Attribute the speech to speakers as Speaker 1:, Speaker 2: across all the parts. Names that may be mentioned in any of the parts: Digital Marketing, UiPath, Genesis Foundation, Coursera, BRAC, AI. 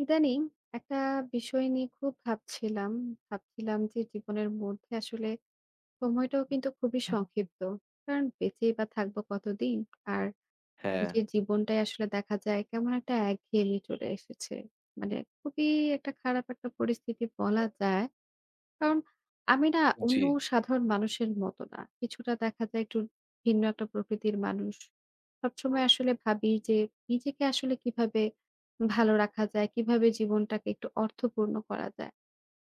Speaker 1: ইদানিং একটা বিষয় নিয়ে খুব ভাবছিলাম। ভাবছিলাম যে জীবনের মধ্যে আসলে সময়টাও কিন্তু খুবই সংক্ষিপ্ত। কারণ বেঁচেই বা থাকবো কতদিন? আর
Speaker 2: হ্যাঁ,
Speaker 1: নিজের জীবনটাই আসলে দেখা যায় কেমন একটা একঘেয়েমি চলে এসেছে। মানে খুবই একটা খারাপ একটা পরিস্থিতি বলা যায়। কারণ আমি না
Speaker 2: হুম। জি।
Speaker 1: অন্য সাধারণ মানুষের মতো না। কিছুটা দেখা যায় একটু ভিন্ন একটা প্রকৃতির মানুষ। সবসময় আসলে ভাবি যে নিজেকে আসলে কিভাবে ভালো রাখা যায়, কিভাবে জীবনটাকে একটু অর্থপূর্ণ করা যায়।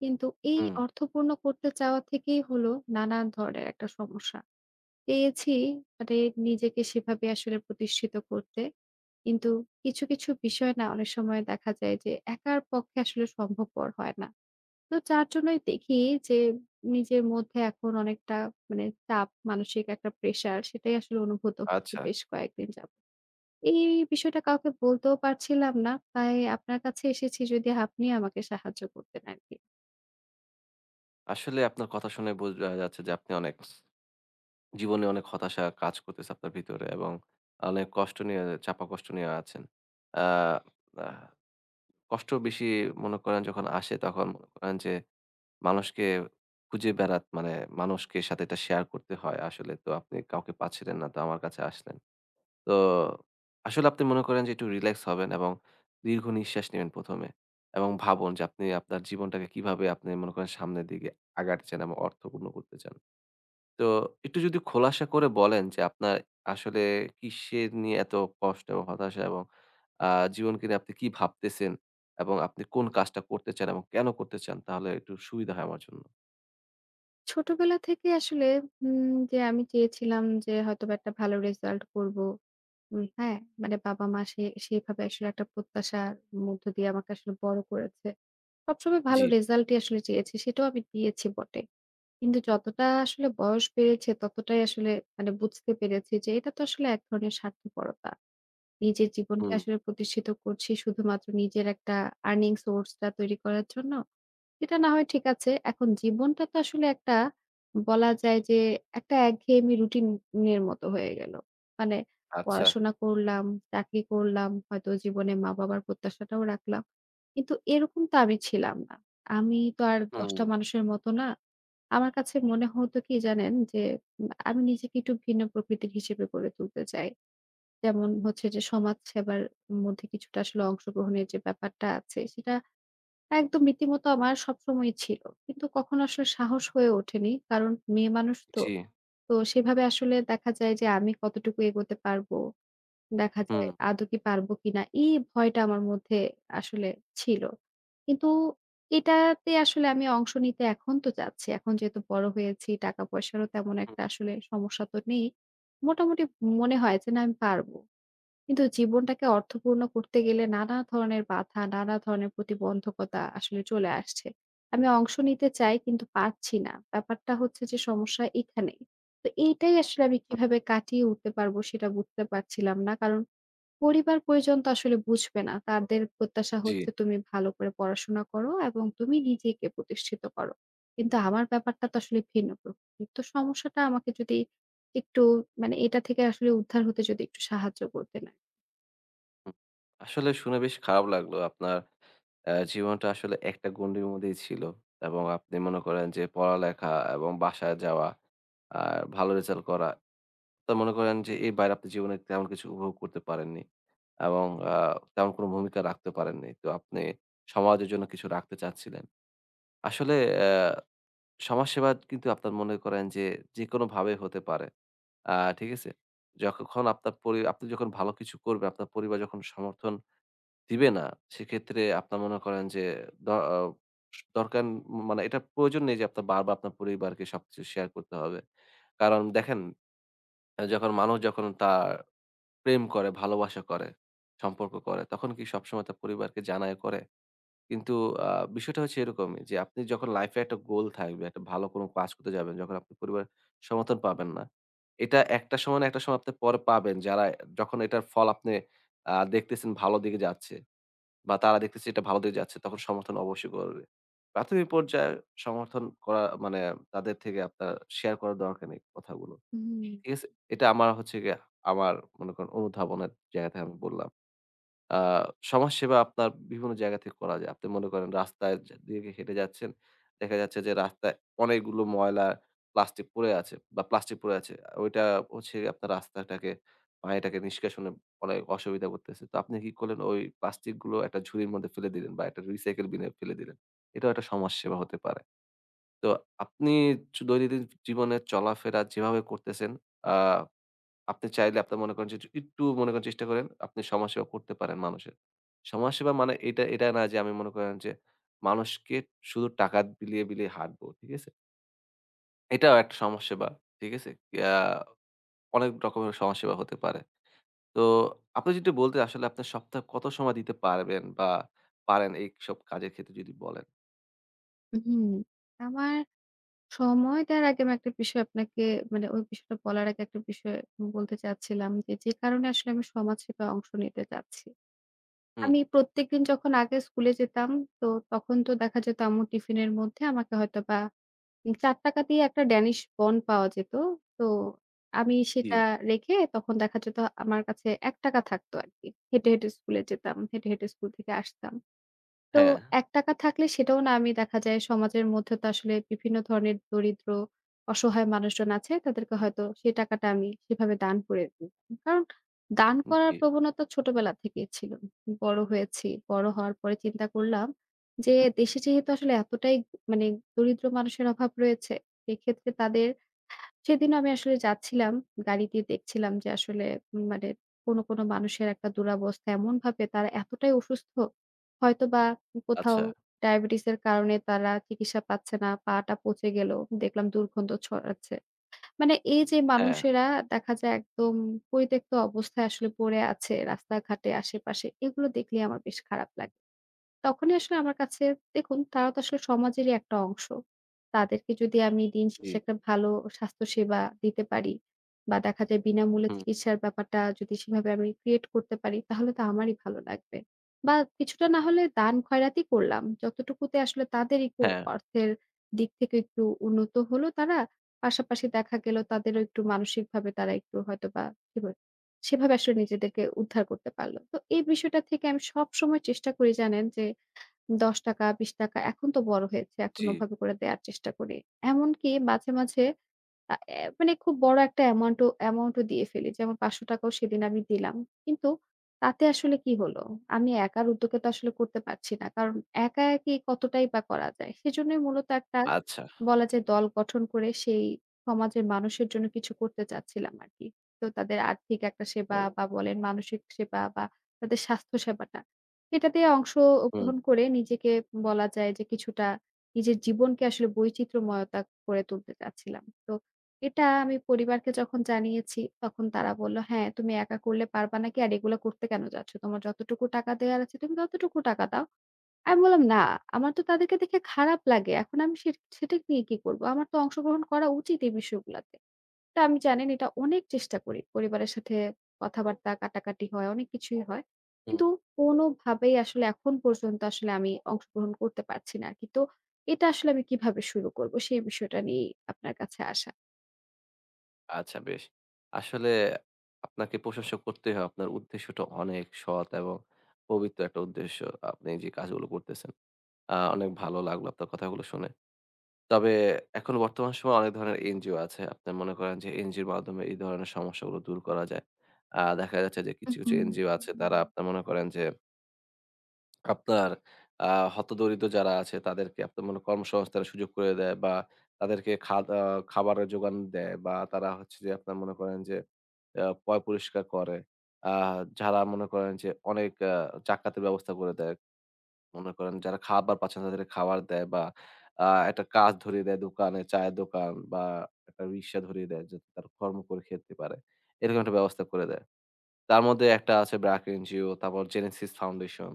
Speaker 1: কিন্তু এই
Speaker 2: হুম,
Speaker 1: অর্থপূর্ণ করতে চাওয়া থেকেই হলো নানান ধরনের একটা সমস্যা। পেয়েছি মানে নিজেকে সেভাবে আসলে প্রতিষ্ঠিত করতে। কিন্তু কিছু, কিছু বিষয় না অনেক সময় দেখা যায় যে একার পক্ষে আসলে সম্ভবপর হয় না। তো যার জন্যই দেখি যে নিজের মধ্যে এখন অনেকটা মানে চাপ, মানসিক একটা প্রেশার সেটাই আসলে অনুভূত হচ্ছে
Speaker 2: আচ্ছা।
Speaker 1: বেশ কয়েকদিন যাবত। এই বিষয়টা কাউকে বলতেও পারছিলাম না। তাই আপনার কাছে এসেছি যদি আপনি আমাকে সাহায্য করতেন আরকি।
Speaker 2: আসলে আপনার কথা শুনে বোঝা যাচ্ছে যে আপনি অনেক জীবনে অনেক হতাশা কাজ করতেছে আপনার ভিতরে এবং অনেক কষ্ট নিয়ে চাপা কষ্ট নিয়ে আছেন। আ আহ কষ্ট বেশি মনে করেন যখন আসে তখন মনে করেন যে মানুষকে খুঁজে বেড়াত মানে মানুষকে সাথে এটা শেয়ার করতে হয় আসলে। তো আপনি কাউকে পাচ্ছিলেন না তো আমার কাছে আসলেন। তো আসলে আপনি মনে করেন যে একটু রিল্যাক্স হবেন এবং দীর্ঘ নিঃশ্বাস নিবেন ১ম এ এবং ভাবুন যে আপনি আপনার জীবনটাকে কিভাবে আপনি মনে করেন সামনের দিকে আগাতে চান এবং অর্থপূর্ণ করতে চান। তো একটু যদি খোলাসা করে বলেন যে আপনার আসলে কিসের নিয়ে এত কষ্ট এবং হতাশা এবং আ জীবনকে নিয়ে আপনি কি ভাবতেছেন এবং আপনি কোন কাজটা করতে চান এবং কেন করতে চান? তাহলে একটু সুবিধা হয় আমার জন্য।
Speaker 1: ছোটবেলা থেকে আসলে যে আমি চেয়েছিলাম যে হয়তোবা একটা ভালো রেজাল্ট করব। হ্যাঁ? মানে বাবা-মা সেভাবে আসলে একটা প্রত্যাশার মধ্য দিয়ে আমাকে আসলে বড় করেছে। সবসময় ভালো
Speaker 2: জি,
Speaker 1: রেজাল্টই আসলে চেয়েছি। সেটাও আমি দিয়েছি বটে। কিন্তু যতটা আসলে বয়স বেড়েছে ততটাই আসলে মানে বুঝতে পেরেছি যে এটা তো আসলে এক ধরনের স্বার্থপরতা। নিজের জীবনকে
Speaker 2: হুম।
Speaker 1: আসলে প্রতিষ্ঠিত করছি শুধুমাত্র নিজের একটা আর্নিং সোর্স টা তৈরি করার জন্য। সেটা না হয় ঠিক আছে। এখন জীবনটা তো আসলে একটা বলা যায় যে একটা একঘেয়েমি রুটিন এর মতো হয়ে গেল। মানে
Speaker 2: আচ্ছা।
Speaker 1: পড়াশোনা করলাম, চাকরি করলাম, হয়তো জীবনে মা-বাবার প্রত্যাশাটাও রাখলাম। কিন্তু এরকম তো আমি ছিলাম না। আমি তো আর ১০
Speaker 2: হুম,
Speaker 1: টা মানুষের মতো না। আমার কাছে মনে হতো কি জানেন? যে আমি নিজেকে একটু ভিন্ন প্রকৃতির হিসেবে গড়ে তুলতে চাই। যেমন হচ্ছে যে সমাজ সেবার মধ্যে কিছুটা আসলে অংশগ্রহণের যে ব্যাপারটা আছে সেটা একদম রীতিমতো আমার সবসময়ই ছিল। কিন্তু কখনো আসলে সাহস হয়ে ওঠেনি। কারণ মেয়ে মানুষ তো।
Speaker 2: জি,
Speaker 1: তো সেভাবে আসলে দেখা যায় যে আমি কতটুকু এগোতে পারবো? দেখা যায়
Speaker 2: হুম,
Speaker 1: আদৌ কি পারবো কিনা? এই ভয়টা আমার মধ্যে আসলে ছিল। কিন্তু এটাতে আসলে আমি অংশ নিতে এখন তো চাচ্ছি। এখন যেহেতু বড় হয়েছি, টাকা পয়সারও তেমন
Speaker 2: হুম,
Speaker 1: একটা আসলে সমস্যা তো নেই। মোটামুটি মনে হয় যে না আমি পারবো। কিন্তু জীবনটাকে অর্থপূর্ণ করতে গেলে নানা ধরনের বাধা, নানা ধরনের প্রতিবন্ধকতা আসলে চলে আসছে। আমি অংশ নিতে চাই কিন্তু পারছি না। ব্যাপারটা হচ্ছে যে সমস্যা এখানেই। তো এইটাই আসলে আমি
Speaker 2: হুম,
Speaker 1: কিভাবে কাটিয়ে উঠতে পারবো সেটা বুঝতে পারছিলাম না। কারণ পরিবার-পরিজন তো আসলে বুঝবে না। তাদের প্রত্যাশা
Speaker 2: জি।
Speaker 1: হচ্ছে তুমি ভালো করে পড়াশোনা করো এবং তুমি নিজেকে প্রতিষ্ঠিত করো। কিন্তু আমার ব্যাপারটা তো আসলে ভিন্ন প্রকৃতির। তো সমস্যাটা আমাকে যদি একটু মানে এটা থেকে আসলে উদ্ধার হতে যদি একটু সাহায্য করতেন।
Speaker 2: হুম, আসলে শুনে বেশ খারাপ লাগলো। আপনার জীবনটা আসলে একটা গণ্ডির মধ্যেই ছিল এবং আপনি মনে করেন যে পড়ালেখা এবং বাসায় যাওয়া আর ভালো রেজাল্ট করা। তো মনে করেন যে এর বাইরে আপনি জীবনে তেমন কিছু উপভোগ করতে পারেননি এবং আ তেমন কোনো ভূমিকা রাখতে পারেননি। তো আপনি সমাজের জন্য কিছু রাখতে চাচ্ছিলেন। আসলে সমাজসেবা কিন্তু আপনার মনে করেন যে যেকোনোভাবে হতে পারে। আ ঠিক আছে? যখন আপনার পরি আপনি যখন ভালো কিছু করবেন, আপনার পরিবার যখন সমর্থন দিবে না। সেক্ষেত্রে আপনার মনে করেন যে দ অ দরকার মানে এটা প্রয়োজন নেই যে আপনার বারবার আপনার পরিবারকে সবকিছু শেয়ার করতে হবে। কারণ দেখেন যখন মানুষ যখন তার প্রেম করে, ভালোবাসা করে, সম্পর্ক করে তখন কি সবসময় তার পরিবারকে জানায় করে? কিন্তু আ বিষয়টা হচ্ছে এরকমই যে আপনি যখন লাইফ এ একটা গোল থাকবে, একটা ভালো কোনো কাজ করতে যাবেন, যখন আপনি পরিবারের সমর্থন পাবেন না। এটা একটা সময় না একটা সময় আপনি পরে পাবেন যারা যখন এটার ফল আপনি দেখতেছেন ভালো দিকে যাচ্ছে। বা তারা দেখতেছে এটা ভালো দিকে যাচ্ছে তখন সমর্থন অবশ্যই করবে। প্রাথমিক পর্যায়ে সমর্থন করা মানে তাদের থেকে আপনার শেয়ার করার দরকার নেই কথাগুলো।
Speaker 1: হুম,
Speaker 2: ঠিক আছে? এটা আমার হচ্ছে গিয়ে আমার মনে করেন অনুধাবনের জায়গা থেকে আমি বললাম। আ সমাজসেবা আপনার বিভিন্ন জায়গা থেকে করা যায়। আপনি মনে করেন রাস্তায় যে দিয়ে হেঁটে যাচ্ছেন। দেখা যাচ্ছে যে রাস্তায় অনেকগুলো ময়লা প্লাস্টিক পড়ে আছে বা প্লাস্টিক পড়ে আছে। ওইটা হচ্ছে আপনার রাস্তাটাকে পানিটাকে নিষ্কাশনে অনেক অসুবিধা করতেছে। তো আপনি কি করলেন ওই প্লাস্টিক গুলো একটা ঝুড়ির মধ্যে ফেলে দিলেন বা একটা রিসাইকেল বিনে ফেলে দিলেন। এটাও একটা সমাজসেবা হতে পারে। তো আপনি দৈনন্দিন জীবনে চলাফেরা যেভাবে করতেছেন আ আপনি চাইলে আপনি মনে করেন যে একটু একটু মনে করেন চেষ্টা করেন, আপনি সমাজসেবা করতে পারেন মানুষের। সমাজসেবা মানে এটা এটা না যে আমি মনে করেন যে মানুষকে শুধু টাকা বিলিয়ে, বিলিয়ে হাঁটবো। ঠিক আছে? এটাও একটা সমাজসেবা। ঠিক আছে? আ অনেক রকমের সমাজসেবা হতে পারে। তো আপনি যদি বলতেন আসলে আপনার সপ্তাহে কত সময় দিতে পারবেন বা পারেন এইসব কাজের ক্ষেত্রে যদি বলেন?
Speaker 1: হুম। আমার সময় দেওয়ার আগে আমি একটা বিষয় আপনাকে মানে ওই বিষয়টা বলার আগে একটা বিষয় বলতে চাচ্ছিলাম যে, যে কারণে আসলে আমি সমাজ সেবায় অংশ নিতে চাচ্ছি।
Speaker 2: হুম,
Speaker 1: আমি প্রত্যেকদিন যখন আগে স্কুলে যেতাম তো তখন তো দেখা যেত আম্মুর টিফিনের মধ্যে আমাকে হয়তোবা ৳৪ দিয়ে একটা ড্যানিশ বন্ড পাওয়া যেত। তো আমি
Speaker 2: জি,
Speaker 1: সেটা রেখে তখন দেখা যেত আমার কাছে ৳১ থাকতো আরকি। হেঁটে, হেঁটে স্কুলে যেতাম। হেঁটে, হেঁটে স্কুল থেকে আসতাম। তো
Speaker 2: হ্যাঁ,
Speaker 1: ৳১ থাকলে সেটাও না আমি দেখা যায় সমাজের মধ্যে তো আসলে বিভিন্ন ধরনের দরিদ্র, অসহায় মানুষজন আছে তাদেরকে হয়তো সেই টাকাটা আমি সেভাবে দান করে দিতাম। কারণ দান করার
Speaker 2: জি,
Speaker 1: প্রবণতা ছোটবেলা থেকেই ছিল। বড় হয়েছি। বড় হওয়ার পরে চিন্তা করলাম যে দেশে যেহেতু আসলে এতটাই মানে দরিদ্র মানুষের অভাব রয়েছে, সেক্ষেত্রে তাদের সেদিন আমি আসলে যাচ্ছিলাম। গাড়িতে দেখছিলাম যে আসলে মানে কোন, কোন মানুষের একটা দুরবস্থা এমনভাবে তারা এতটাই অসুস্থ, হয়তোবা কোথাও
Speaker 2: আচ্ছা,
Speaker 1: ডায়াবেটিস এর কারণে তারা চিকিৎসা পাচ্ছে না। পাটা পচে গেল। দেখলাম দুর্গন্ধ ছড়াচ্ছে। মানে এই যে
Speaker 2: হ্যাঁ,
Speaker 1: মানুষেরা দেখা যায় একদম পরিত্যক্ত অবস্থায় আসলে পড়ে আছে রাস্তাঘাটে আশেপাশে। এগুলো দেখলেই আমার বেশ খারাপ লাগে। তখনই আসলে আমার কাছে দেখুন তারা তো আসলে সমাজেরই একটা অংশ। তাদেরকে যদি আমি দিন
Speaker 2: জি,
Speaker 1: শেষে একটা ভালো স্বাস্থ্যসেবা দিতে পারি বা দেখা যায় বিনামূল্যে
Speaker 2: হুম,
Speaker 1: চিকিৎসার ব্যাপারটা যদি সেভাবে আমি ক্রিয়েট করতে পারি তাহলে তো আমারই ভালো লাগবে। বা কিছুটা না হলে দান খয়রাতি করলাম। যতটুকুতে আসলে তাদের একটু
Speaker 2: হ্যাঁ,
Speaker 1: অর্থের দিক থেকে একটু উন্নত হলো তারা। পাশাপাশি দেখা গেল তাদেরও একটু মানসিকভাবে তারা একটু হয়তোবা সেভাবে সেভাবে আসলে নিজেদেরকে উদ্ধার করতে পারল। তো এই বিষয়টা থেকে আমি সবসময় চেষ্টা করি জানেন যে ৳১০, ৳২০ এখন তো বড় হয়েছে। এখন
Speaker 2: জি,
Speaker 1: ওভাবে করে দেয়ার চেষ্টা করি। এমনকি মাঝে, মাঝে আ এ মানে খুব বড় একটা অ্যামাউন্টও অ্যামাউন্টও দিয়ে ফেলি। যেমন ৳৫০০ সেদিন আমি দিলাম। কিন্তু তাতে আসলে কি হলো? আমি একার উদ্যোগে তো আসলে করতে পারছি না। কারণ একা, একাই কতটাই বা করা যায়। সেজন্যই মূলত একটা
Speaker 2: আচ্ছা,
Speaker 1: বলা যায় দল গঠন করে সেই সমাজের মানুষের জন্য কিছু করতে চাচ্ছিলাম আরকি। তো তাদের আর্থিক একটা সেবা হুম। বা বলেন মানসিক সেবা বা তাদের স্বাস্থ্য সেবাটা এটাতে
Speaker 2: হুম,
Speaker 1: অংশগ্রহণ করে নিজেকে বলা যায় যে কিছুটা নিজের জীবনকে আসলে বৈচিত্র্যময়তা করে তুলতে চাচ্ছিলাম। তো এটা আমি পরিবারকে যখন জানিয়েছি, তখন তারা বলল, "হ্যাঁ, তুমি একা করলে পারবা নাকি? আর এগুলা করতে কেন যাচ্ছ? তোমার যতটুকু টাকা দেয়ার আছে তুমি ততটুকু টাকা দাও।" আমি বললাম, "না, আমার তো তাদেরকে দেখে খারাপ লাগে। এখন আমি সেটা নিয়ে কি করব? আমার তো অংশগ্রহণ করা উচিত এই বিষয়গুলাতে।" তা আমি জানেন এটা অনেক চেষ্টা করি। পরিবারের সাথে কথাবার্তা কাটাকাটি হয়, অনেক কিছুই হয়।
Speaker 2: হুম।
Speaker 1: কিন্তু কোনোভাবেই আসলে এখন পর্যন্ত আসলে আমি অংশগ্রহণ করতে পারছি না আরকি। তো এটা আসলে আমি কিভাবে শুরু করব? সেই বিষয়টা নিয়েই আপনার কাছে আসা।
Speaker 2: আচ্ছা বেশ। আসলে আপনাকে প্রশংসা করতেই হয়। আপনার উদ্দেশ্যটা অনেক সৎ এবং পবিত্র একটা উদ্দেশ্য। আপনি যে কাজগুলো করতেছেন। অনেক ভালো লাগলো আপনার কথাগুলো শুনে। তবে এখন বর্তমান সময়ে অনেক ধরনের এনজিও আছে। আপনি মনে করেন যে এনজিওর মাধ্যমে এই ধরনের সমস্যাগুলো দূর করা যায়। দেখা যাচ্ছে যে কিছু, কিছু
Speaker 1: হুম।
Speaker 2: এনজিও আছে তারা আপনার মনে করেন যে আপনার আ হতদরিদ্র যারা আছে তাদেরকে আপনার মনে কর্মসংস্থানের সুযোগ করে দেয় বা তাদেরকে খাদ আ খাবারের জোগান দেয় বা তারা হচ্ছে যে আপনার মনে করেন যে আ পয় পরিষ্কার করে। আ যারা মনে করেন যে অনেক জাকাতের ব্যবস্থা করে দেয়। মনে করেন যারা খাবার পাচ্ছে না তাদেরকে খাবার দেয় বা আ একটা কাজ ধরিয়ে দেয় দোকানে, চায়ের দোকান বা একটা রিক্সা ধরিয়ে দেয় যাতে তারা কর্ম করে খেতে পারে। এরকম একটা ব্যবস্থা করে দেয়। তার মধ্যে একটা আছে ব্র্যাক এনজিও, তারপর Genesis Foundation,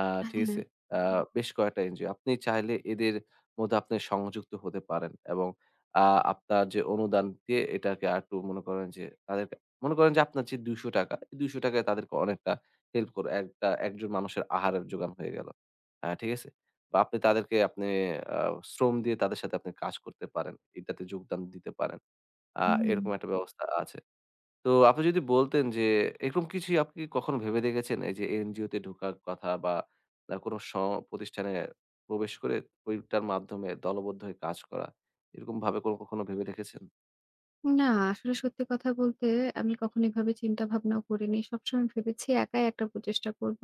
Speaker 2: আ ঠিক
Speaker 1: হ্যাঁ,
Speaker 2: আছে? হুম। বেশ কয়েকটা এনজিও। আপনি চাইলে এদের মধ্যে আপনি সংযুক্ত হতে পারেন এবং আ আপনার যে অনুদান দিয়ে এটাকে আরেকটু মনে করেন যে তাদেরকে মনে করেন যে আপনার যে ৳২০০ এই ৳২০০ য় তাদেরকে অনেকটা হেল্প করে একটা একজন মানুষের আহারের জোগান হয়ে গেল। ঠিক আছে? বা আপনি তাদেরকে আপনি আ শ্রম দিয়ে তাদের সাথে আপনি কাজ করতে পারেন। এটাতে যোগদান দিতে পারেন। আ
Speaker 1: হুম।
Speaker 2: এরকম একটা ব্যবস্থা আছে। তো আপনি যদি বলতেন যে এরকম কিছু আপনি কখনো ভেবে দেখেছেন? এই যে এনজিওতে ঢোকার কথা বা কোনো প্রতিষ্ঠানে প্রবেশ করে ওইটার মাধ্যমে দলবদ্ধ হয়ে কাজ করা। এরকমভাবে কোনো কখনো ভেবে দেখেছেন?
Speaker 1: না আসলে সত্যি কথা বলতে আমি কখনো এভাবে চিন্তা ভাবনাও করিনি। সবসময় ভেবেছি একাই একটা প্রচেষ্টা করব।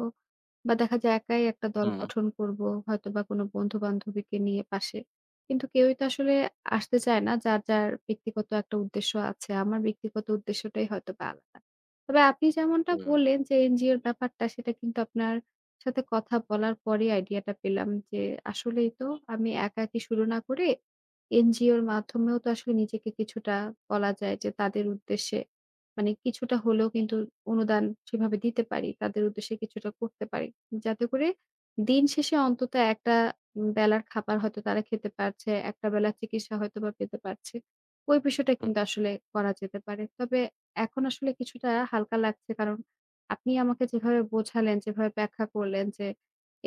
Speaker 1: বা দেখা যায় একাই একটা দল
Speaker 2: হুম,
Speaker 1: গঠন করব। হয়তোবা কোনো বন্ধু-বান্ধবীকে নিয়ে পাশে। কিন্তু কেউই তো আসলে আসতে চায় না। যার, যার ব্যক্তিগত একটা উদ্দেশ্য আছে। আমার ব্যক্তিগত উদ্দেশ্যটাই হয়তোবা আলাদা। তবে আপনি যেমনটা
Speaker 2: হুম,
Speaker 1: বললেন যে এনজিওর ব্যাপারটা সেটা কিন্তু আপনার সাথে কথা বলার পরেই আইডিয়াটা পেলাম যে আসলেই তো আমি একা একাকী শুরু না করে এনজিওর মাধ্যমেও তো আসলে নিজেকে কিছুটা বলা যায় যে তাদের উদ্দেশ্যে মানে কিছুটা হলেও কিন্তু অনুদান সেভাবে দিতে পারি। তাদের উদ্দেশ্যে কিছুটা করতে পারি। যাতে করে দিন শেষে অন্তত একটা বেলার খাবার হয়তো তারা খেতে পারছে, একটা বেলার চিকিৎসা হয়তোবা পেতে পারছে। ওই বিষয়টা
Speaker 2: হুম,
Speaker 1: কিন্তু আসলে করা যেতে পারে। তবে এখন আসলে কিছুটা হালকা লাগছে। কারণ আপনি আমাকে যেভাবে বোঝালেন, যেভাবে ব্যাখ্যা করলেন যে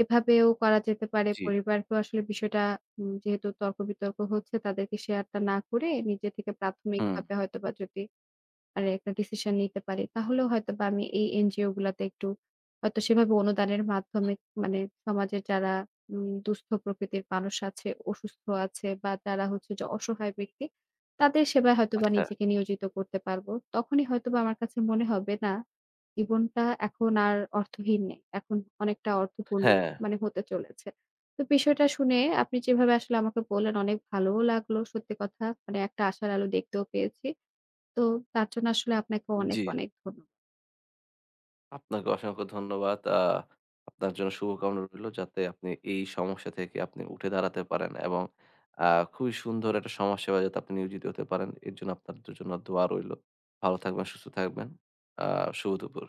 Speaker 1: এভাবেও করা যেতে পারে।
Speaker 2: জি,
Speaker 1: পরিবারকেও আসলে বিষয়টা যেহেতু তর্ক-বিতর্ক হচ্ছে তাদেরকে শেয়ারটা না করে নিজে থেকে
Speaker 2: হুম,
Speaker 1: প্রাথমিকভাবে হয়তোবা যদি আর একটা ডিসিশন নিতে পারি। তাহলেও হয়তোবা আমি এই এনজিও গুলাতে একটু হয়তো সেভাবে অনুদানের মাধ্যমে মানে সমাজের যারা দুস্থ প্রকৃতির মানুষ আছে, অসুস্থ আছে বা যারা হচ্ছে যে অসহায় ব্যক্তি, তাদের সেবায় হয়তোবা
Speaker 2: আচ্ছা।
Speaker 1: নিজেকে নিয়োজিত করতে পারবো। তখনই হয়তোবা আমার কাছে মনে হবে না, জীবনটা এখন আর অর্থহীন নেই। এখন অনেকটা অর্থপূর্ণ
Speaker 2: হ্যাঁ,
Speaker 1: মানে হতে চলেছে। তো বিষয়টা শুনে আপনি যেভাবে আসলে আমাকে বললেন অনেক ভালোও লাগলো। সত্যি কথা মানে একটা আশার আলো দেখতেও পেয়েছি। তো তার জন্য আসলে আপনাকে অনেক,
Speaker 2: জি।
Speaker 1: অনেক ধন্য
Speaker 2: আপনাকে অসংখ্য ধন্যবাদ। আপনার জন্য শুভকামনা রইলো যাতে আপনি এই সমস্যা থেকে আপনি উঠে দাঁড়াতে পারেন এবং আ খুবই সুন্দর একটা সমাজসেবায় যাতে আপনি নিয়োজিত হতে পারেন। এর জন্য আপনার জন্য দোয়া রইলো। ভালো থাকবেন, সুস্থ থাকবেন। আ শুভ দুপুর।